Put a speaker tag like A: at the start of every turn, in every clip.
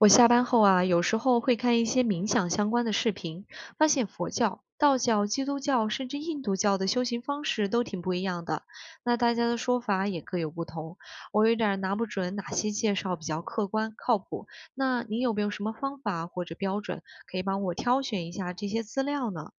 A: 我下班后啊，有时候会看一些冥想相关的视频，发现佛教、道教、基督教甚至印度教的修行方式都挺不一样的，那大家的说法也各有不同，我有点儿拿不准哪些介绍比较客观靠谱。那你有没有什么方法或者标准可以帮我挑选一下这些资料呢？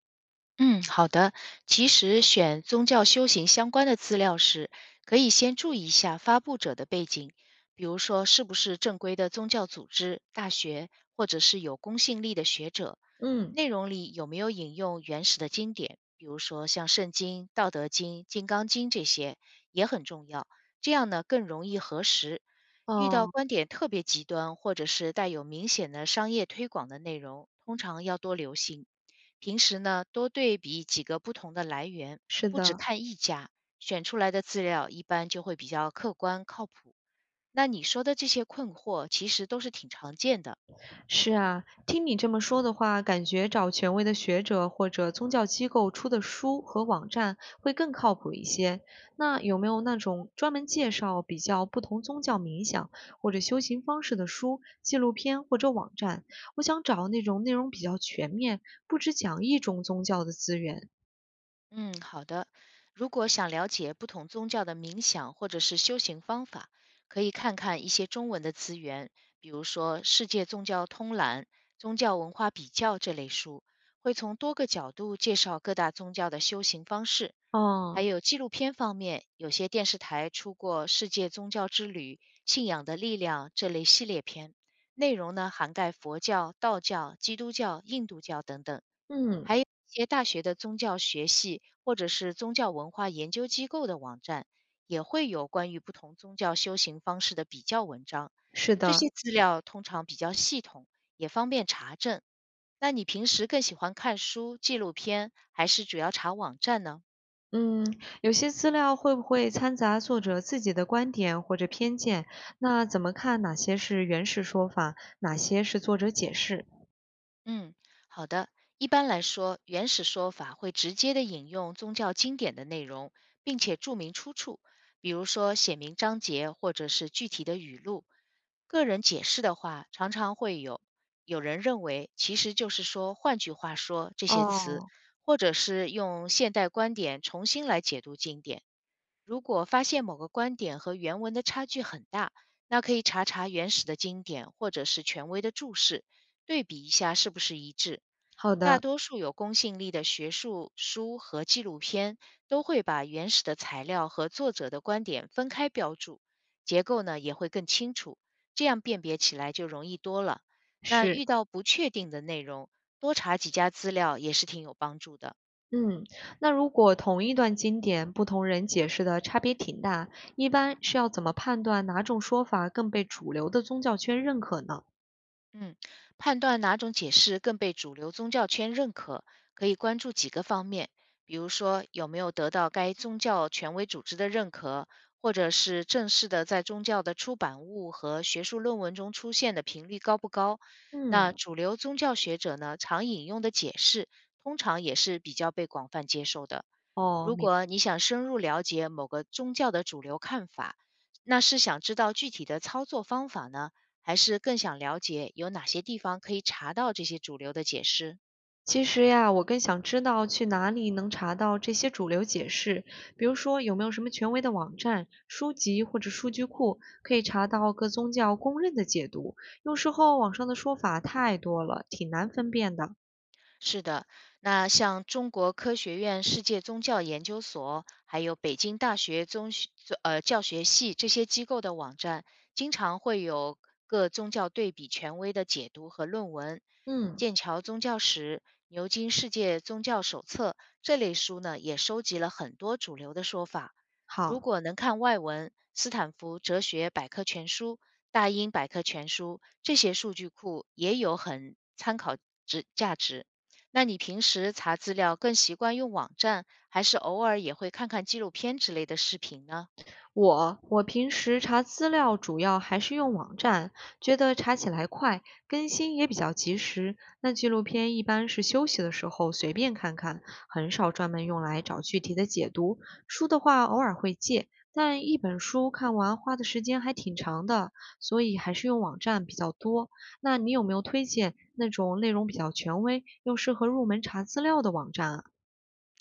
B: 嗯，好的。其实选宗教修行相关的资料时，可以先注意一下发布者的背景，比如说是不是正规的宗教组织、大学，或者是有公信力的学者。
A: 嗯，
B: 内容里有没有引用原始的经典，比如说像《圣经》《道德经》《金刚经》这些，也很重要。这样呢，更容易核实。遇到
A: 哦，
B: 观点特别极端，或者是带有明显的商业推广的内容，通常要多留心。平时呢，多对比几个不同的来源，
A: 是
B: 不只
A: 的。
B: 看一家，选出来的资料一般就会比较客观靠谱。那你说的这些困惑，其实都是挺常见的。
A: 是啊，听你这么说的话，感觉找权威的学者或者宗教机构出的书和网站会更靠谱一些。那有没有那种专门介绍比较不同宗教冥想或者修行方式的书、纪录片或者网站？我想找那种内容比较全面，不只讲一种宗教的资源。
B: 嗯，好的。如果想了解不同宗教的冥想或者是修行方法，可以看看一些中文的资源，比如说《世界宗教通览》《宗教文化比较》这类书，会从多个角度介绍各大宗教的修行方式。还
A: 哦，
B: 有纪录片方面，有些电视台出过《世界宗教之旅》《信仰的力量》这类系列片，内容呢涵盖佛教、道教、基督教、印度教等等。
A: 嗯，
B: 还有一些大学的宗教学系或者是宗教文化研究机构的网站，也会有关于不同宗教修行方式的比较文章。
A: 是
B: 这
A: 的，
B: 些资料通常比较系统，也方便查证。那你平时更喜欢看书、纪录片，还是主要查网站呢？
A: 嗯，有些资料会不会掺杂作者自己的观点或者偏见？那怎么看哪些是原始说法，哪些是作者解释？
B: 嗯，好的。一般来说，原始说法会直接的引用宗教经典的内容，并且注明出处，比如说写明章节或者是具体的语录。个人解释的话，常常会有有人认为，其实就是说，换句话说这些词，
A: 哦，
B: 或者是用现代观点重新来解读经典。如果发现某个观点和原文的差距很大，那可以查查原始的经典或者是权威的注释，对比一下是不是一致。
A: 好
B: 大
A: 的，
B: 多数有公信力的学术书和纪录片都会把原始的材料和作者的观点分开标注，结构呢也会更清楚，这样辨别起来就容易多了。那
A: 是，
B: 遇到不确定的内容，多查几家资料也是挺有帮助的。
A: 嗯，那如果同一段经典，不同人解释的差别挺大，一般是要怎么判断哪种说法更被主流的宗教圈认可呢？
B: 嗯，判断哪种解释更被主流宗教圈认可，可以关注几个方面，比如说有没有得到该宗教权威组织的认可，或者是正式的在宗教的出版物和学术论文中出现的频率高不高。那
A: 嗯，
B: 主流宗教学者呢，常引用的解释，通常也是比较被广泛接受的。
A: 哦，
B: 如
A: 明。
B: 果你想深入了解某个宗教的主流看法，那是想知道具体的操作方法呢，还是更想了解有哪些地方可以查到这些主流的解释？
A: 其实呀，我更想知道去哪里能查到这些主流解释，比如说有没有什么权威的网站、书籍或者数据库可以查到各宗教公认的解读。有时候网上的说法太多了，挺难分辨的。
B: 是的，那像中国科学院世界宗教研究所，还有北京大学宗学教学系这些机构的网站，经常会有各宗教对比权威的解读和论文。
A: 嗯，
B: 剑桥宗教史、牛津世界宗教手册这类书呢，也收集了很多主流的说法。如
A: 好。
B: 果能看外文，斯坦福哲学百科全书、大英百科全书这些数据库也有很参考值价值。那你平时查资料更习惯用网站，还是偶尔也会看看纪录片之类的视频呢？
A: 我平时查资料主要还是用网站，觉得查起来快，更新也比较及时。那纪录片一般是休息的时候随便看看，很少专门用来找具体的解读。书的话偶尔会借，但一本书看完花的时间还挺长的，所以还是用网站比较多。那你有没有推荐那种内容比较权威又适合入门查资料的网站啊？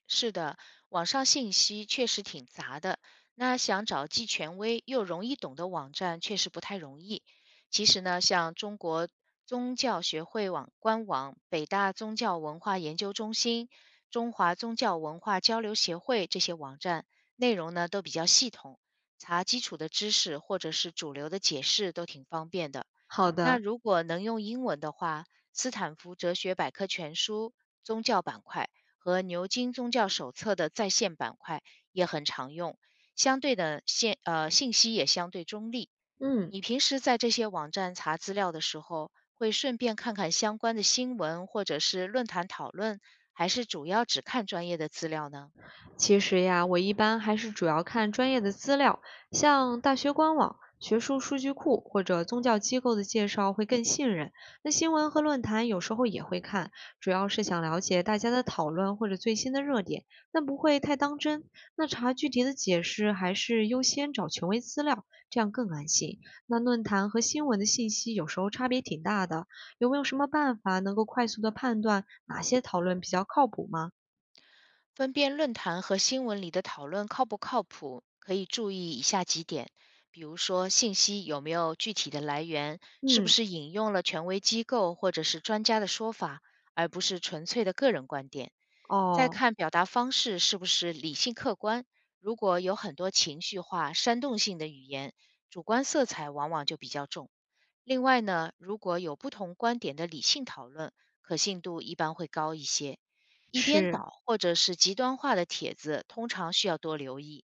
B: 是的，网上信息确实挺杂的，那想找既权威又容易懂的网站确实不太容易。其实呢，像中国宗教学会网官网、北大宗教文化研究中心、中华宗教文化交流协会这些网站，内容呢都比较系统，查基础的知识或者是主流的解释都挺方便的。
A: 好
B: 那
A: 的，
B: 如果能用英文的话，斯坦福哲学百科全书宗教板块。和牛津宗教手册的在线板块也很常用。相对的信信息也相对中立。
A: 嗯。
B: 你平时在这些网站查资料的时候，会顺便看看相关的新闻或者是论坛讨论，还是主要只看专业的资料呢？
A: 其实呀，我一般还是主要看专业的资料，像大学官网、学术数据库或者宗教机构的介绍会更信任。那新闻和论坛有时候也会看，主要是想了解大家的讨论或者最新的热点，但不会太当真。那查具体的解释还是优先找权威资料，这样更安心。那论坛和新闻的信息有时候差别挺大的，有没有什么办法能够快速的判断哪些讨论比较靠谱吗？
B: 分辨论坛和新闻里的讨论靠不靠谱，可以注意以下几点，比如说信息有没有具体的来源，是不
A: 嗯，
B: 是引用了权威机构或者是专家的说法，而不是纯粹的个人观点。再
A: 哦。
B: 看表达方式是不是理性客观，如果有很多情绪化、煽动性的语言，主观色彩往往就比较重。另外呢，如果有不同观点的理性讨论，可信度一般会高一些。一边
A: 是，
B: 倒或者是极端化的帖子，通常需要多留意。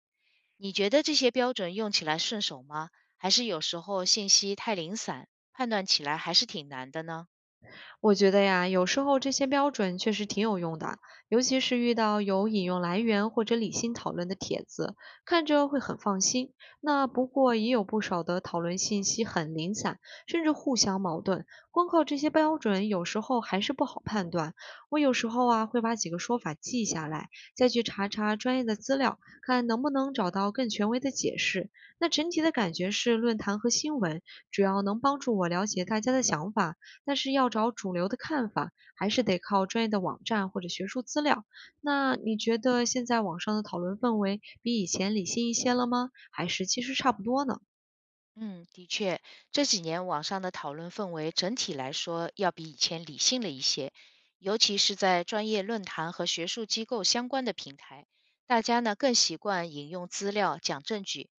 B: 你觉得这些标准用起来顺手吗？还是有时候信息太零散，判断起来还是挺难的呢？
A: 我觉得呀，有时候这些标准确实挺有用的，尤其是遇到有引用来源或者理性讨论的帖子，看着会很放心。那不过也有不少的讨论信息很零散，甚至互相矛盾，光靠这些标准有时候还是不好判断。我有时候啊会把几个说法记下来，再去查查专业的资料，看能不能找到更权威的解释。那整体的感觉是，论坛和新闻主要能帮助我了解大家的想法。但是要找主流的看法，还是得靠专业的网站或者学术资料。那你觉得现在网上的讨论氛围比以前理性一些了吗？还是其实差不多呢？
B: 嗯，的确，这几年网上的讨论氛围整体来说要比以前理性了一些，尤其是在专业论坛和学术机构相关的平台，大家呢更习惯引用资料、讲证据。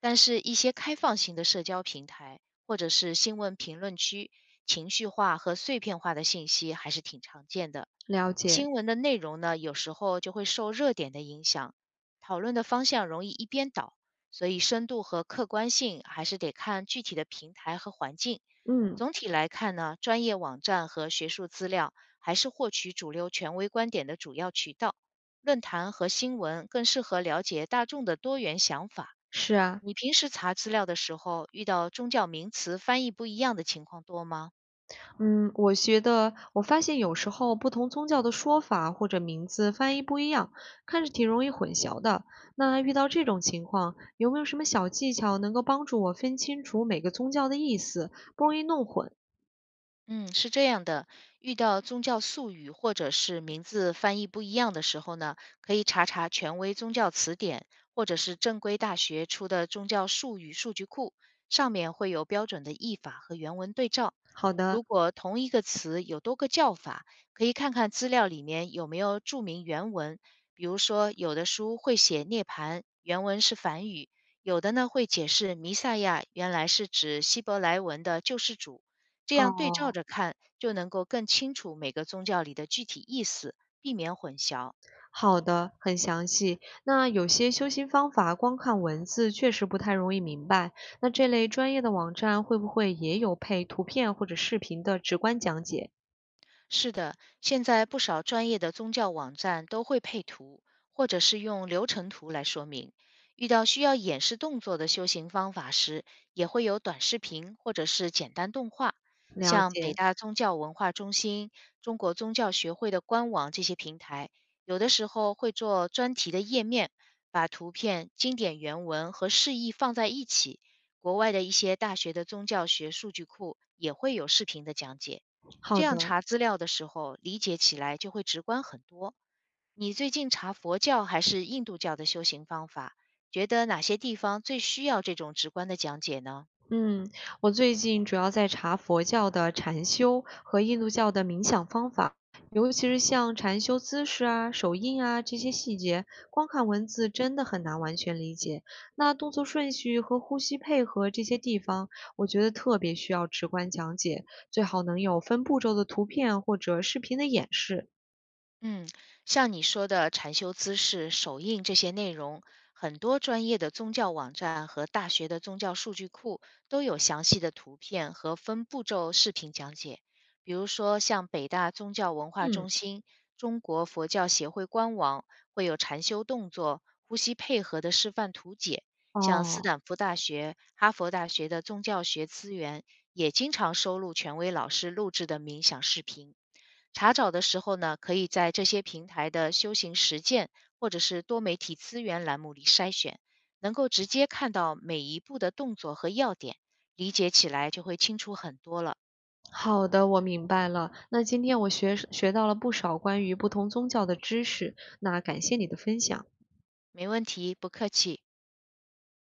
B: 但是，一些开放型的社交平台或者是新闻评论区，情绪化和碎片化的信息还是挺常见的。
A: 了解，
B: 新闻的内容呢，有时候就会受热点的影响，讨论的方向容易一边倒，所以深度和客观性还是得看具体的平台和环境。
A: 嗯，
B: 总体来看呢，专业网站和学术资料还是获取主流权威观点的主要渠道，论坛和新闻更适合了解大众的多元想法。
A: 是啊，
B: 你平时查资料的时候，遇到宗教名词翻译不一样的情况多吗？
A: 嗯，我觉得我发现有时候不同宗教的说法或者名字翻译不一样，看着挺容易混淆的。那遇到这种情况，有没有什么小技巧能够帮助我分清楚每个宗教的意思，不容易弄混？
B: 嗯，是这样的，遇到宗教术语或者是名字翻译不一样的时候呢，可以查查权威宗教词典，或者是正规大学出的宗教术语数据库，上面会有标准的译法和原文对照。
A: 好的，
B: 如果同一个词有多个叫法，可以看看资料里面有没有注明原文。比如说，有的书会写涅槃，原文是梵语；有的呢会解释弥赛亚，原来是指希伯来文的救世主。这样对照
A: 哦。
B: 着看，就能够更清楚每个宗教里的具体意思，避免混淆。
A: 好的，很详细。那有些修行方法光看文字确实不太容易明白，那这类专业的网站会不会也有配图片或者视频的直观讲解？
B: 是的，现在不少专业的宗教网站都会配图，或者是用流程图来说明。遇到需要演示动作的修行方法时，也会有短视频或者是简单动画。
A: 了
B: 像北
A: 解，
B: 大宗教文化中心、中国宗教学会的官网这些平台，有的时候会做专题的页面，把图片、经典原文和释义放在一起。国外的一些大学的宗教学数据库也会有视频的讲解。这
A: 好
B: 样
A: 的。
B: 查资料的时候，理解起来就会直观很多。你最近查佛教还是印度教的修行方法，觉得哪些地方最需要这种直观的讲解呢？
A: 嗯，我最近主要在查佛教的禅修和印度教的冥想方法，尤其是像禅修姿势啊、手印啊这些细节，光看文字真的很难完全理解。那动作顺序和呼吸配合这些地方，我觉得特别需要直观讲解，最好能有分步骤的图片或者视频的演示。
B: 嗯，像你说的禅修姿势、手印这些内容，很多专业的宗教网站和大学的宗教数据库都有详细的图片和分步骤视频讲解。比如说，像北大宗教文化
A: 嗯，
B: 中心、中国佛教协会官网会有禅修动作、呼吸配合的示范图解。像斯
A: 哦。
B: 坦福大学、哈佛大学的宗教学资源也经常收录权威老师录制的冥想视频。查找的时候呢，可以在这些平台的修行实践或者是多媒体资源栏目里筛选，能够直接看到每一步的动作和要点，理解起来就会清楚很多了。
A: 好的，我明白了。那今天我学到了不少关于不同宗教的知识，那感谢你的分享。
B: 没问题，不客气。